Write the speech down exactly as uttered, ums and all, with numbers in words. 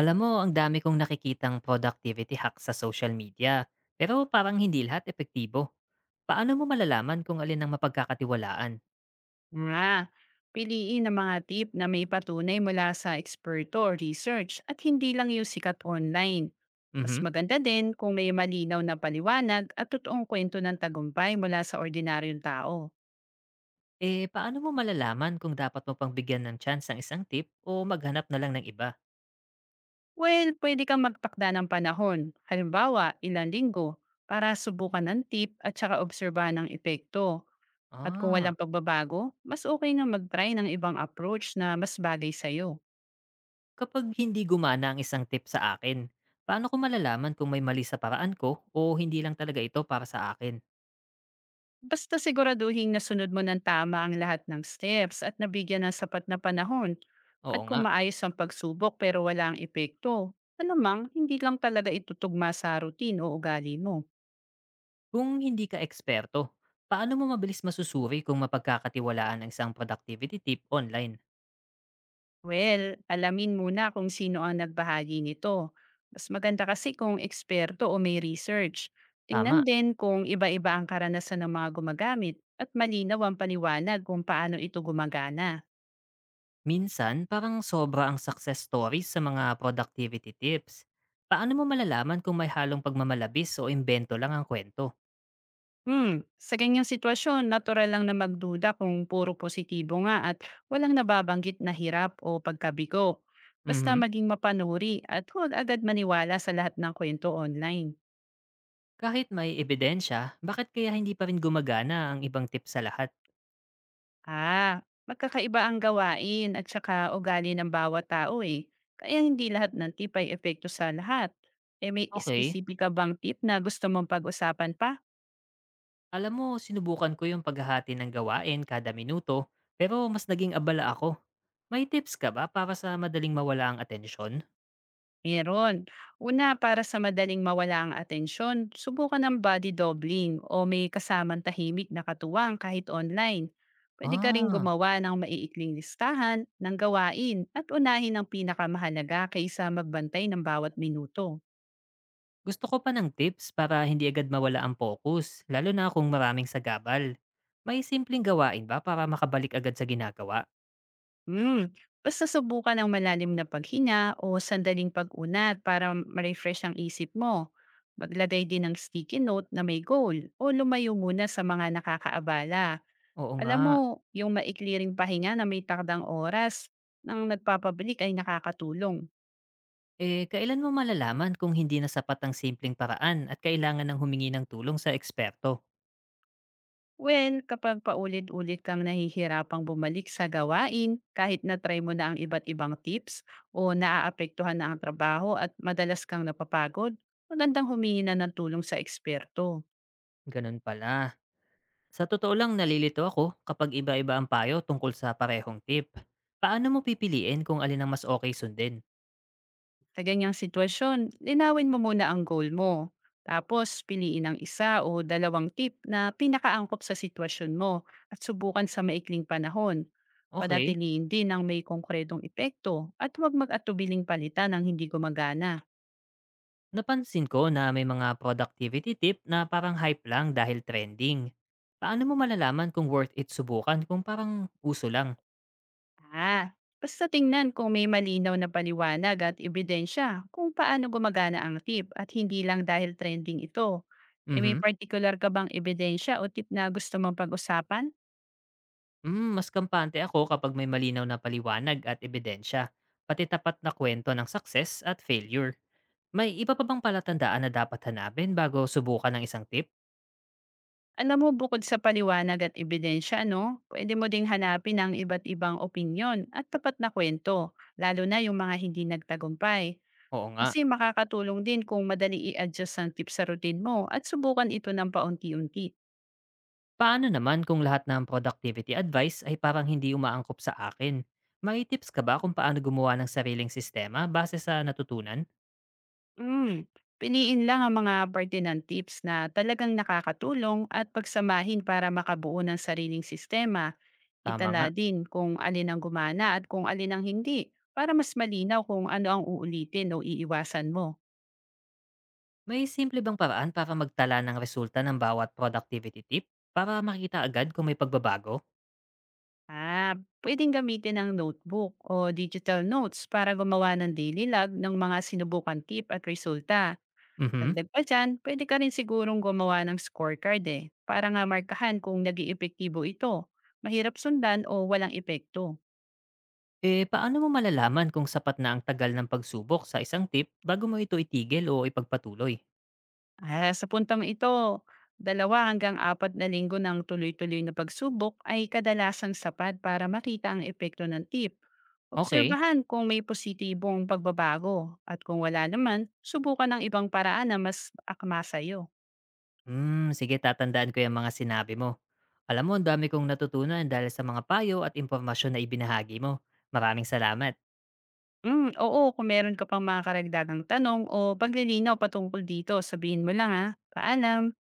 Alam mo, ang dami kong nakikitang productivity hack sa social media, pero parang hindi lahat epektibo. Paano mo malalaman kung alin ang mapagkakatiwalaan? Nga, piliin ang mga tip na may patunay mula sa eksperto o research at hindi lang yung sikat online. Mas Mhm. maganda din kung may malinaw na paliwanag at totoong kwento ng tagumpay mula sa ordinaryong tao. Eh, paano mo malalaman kung dapat mo pang bigyan ng chance ang isang tip o maghanap na lang ng iba? Well, pwede kang magtakda ng panahon, halimbawa ilang linggo, para subukan ng tip at saka obserbahan ng epekto. At kung Ah, walang pagbabago, mas okay na mag-try ng ibang approach na mas bagay sa'yo. kapag hindi gumana ang isang tip sa akin, paano ko malalaman kung may mali sa paraan ko o hindi lang talaga ito para sa akin? Basta siguraduhin nasunod mo ng tama ang lahat ng steps at nabigyan ng sapat na panahon. At Oo kung nga. maayos ang pagsubok pero wala ang epekto, alamang hindi lang talaga itutugma sa routine o ugali mo. Kung hindi ka eksperto, paano mo mabilis masusuri kung mapagkakatiwalaan ang isang productivity tip online? Well, alamin muna kung sino ang nagbahagi nito. Mas maganda kasi kung eksperto o may research. Tingnan Tama. din kung iba-iba ang karanasan ng mga gumagamit at malinaw ang paliwanag kung paano ito gumagana. Minsan, parang sobra ang success stories sa mga productivity tips. Paano mo malalaman kung may halong pagmamalabis o imbento lang ang kwento? Hmm, sa ganyang sitwasyon, natural lang na magduda kung puro positibo nga at walang nababanggit na hirap o pagkabigo. Basta Mhm. maging mapanuri at huwag agad maniwala sa lahat ng kwento online. Kahit may ebidensya, bakit kaya hindi pa rin gumagana ang ibang tips sa lahat? Ah, magkakaiba ang gawain at saka ugali ng bawat tao eh. Kaya hindi lahat ng tip ay epekto sa lahat. Eh, may Okay, espesipika bang tip na gusto mong pag-usapan pa? alam mo, sinubukan ko yung paghahati ng gawain kada minuto, pero mas naging abala ako. May tips ka ba para sa madaling mawala ang atensyon? Meron. Una, para sa madaling mawala ang atensyon, subukan ng body doubling o may kasamang tahimik na katuwang kahit online. Pwede ka rin Ah, gumawa ng maiikling listahan ng gawain at unahin ang pinakamahalaga kaysa magbantay ng bawat minuto. gusto ko pa ng tips para hindi agad mawala ang focus, lalo na kung maraming sagabal. May simpleng gawain ba para makabalik agad sa ginagawa? Hmm. Basta subukan ang malalim na paghinga o sandaling pag-unat para ma-refresh ang isip mo. Maglagay din ng sticky note na may goal o lumayo muna sa mga nakakaabala. Oo Alam nga. mo, yung maikli ring pahinga na may takdang oras ng nagpapabalik ay nakakatulong. Eh, kailan mo malalaman kung hindi na sapat ang simpleng paraan at kailangan ng humingi ng tulong sa eksperto? Well, kapag paulit-ulit kang nahihirapang bumalik sa gawain, kahit na-try mo na ang iba't ibang tips o naaapektuhan na ang trabaho at madalas kang napapagod, magandang humingi na ng tulong sa eksperto. Ganun pala. Sa totoo lang nalilito ako kapag iba-iba ang payo tungkol sa parehong tip. Paano mo pipiliin kung alin ang mas okay sundin? Sa ganyang sitwasyon, linawin mo muna ang goal mo. Tapos, piliin ang isa o dalawang tip na pinakaangkop sa sitwasyon mo at subukan sa maikling panahon. Okay. Panatiliin din ang may konkretong epekto at huwag mag-atubiling palitan ng hindi gumagana. Napansin ko na may mga productivity tip na parang hype lang dahil trending. Paano mo malalaman kung worth it subukan kung parang uso lang? Ah, basta tingnan kung may malinaw na paliwanag at ebidensya kung paano gumagana ang tip at hindi lang dahil trending ito. E, may Mhm. particular ka bang ebidensya o tip na gusto mong pag-usapan? Mm, mas kampante ako kapag may malinaw na paliwanag at ebidensya, pati tapat na kwento ng success at failure. May iba pa bang palatandaan na dapat hanapin bago subukan ng isang tip? Alam mo, bukod sa paliwanag at ebidensya 'no, pwede mo ding hanapin ang iba't ibang opinyon at tapat na kwento, lalo na yung mga hindi nagtagumpay. Oo nga. Kasi makakatulong din kung madali i-adjust ang tips sa routine mo at subukan ito ng paunti-unti. Paano naman kung lahat ng productivity advice ay parang hindi umaangkop sa akin? May tips ka ba kung paano gumawa ng sariling sistema base sa natutunan? Hmm. Piliin lang ang mga parte ng tips na talagang nakakatulong at pagsamahin para makabuo ng sariling sistema. Tama Itala nga. din kung alin ang gumana at kung alin ang hindi, para mas malinaw kung ano ang uulitin o iiwasan mo. May simple bang paraan para magtala ng resulta ng bawat productivity tip? Para makita agad kung may pagbabago? Ah, pwedeng gamitin ang notebook o digital notes para gumawa ng daily log ng mga sinubukan tip at resulta. Mhm. Dagdag pa dyan, pwede ka rin sigurong gumawa ng scorecard eh, para nga markahan kung nag epektibo ito, mahirap sundan o walang epekto. Eh, paano mo malalaman kung sapat na ang tagal ng pagsubok sa isang tip bago mo ito itigil o ipagpatuloy? Ah, sa puntang ito, dalawa hanggang apat na linggo ng tuloy-tuloy na pagsubok ay kadalasang sapat para makita ang epekto ng tip. Okay. Obserbahan kung may positibong pagbabago at kung wala naman, subukan ng ibang paraan na mas akma sa'yo. Hmm, sige tatandaan ko yung mga sinabi mo. Alam mo, ang dami kong natutunan dahil sa mga payo at impormasyon na ibinahagi mo. Maraming salamat. Mm, oo, kung meron ka pang mga karagdagang tanong o paglilinaw patungkol dito, sabihin mo lang ha. Paalam!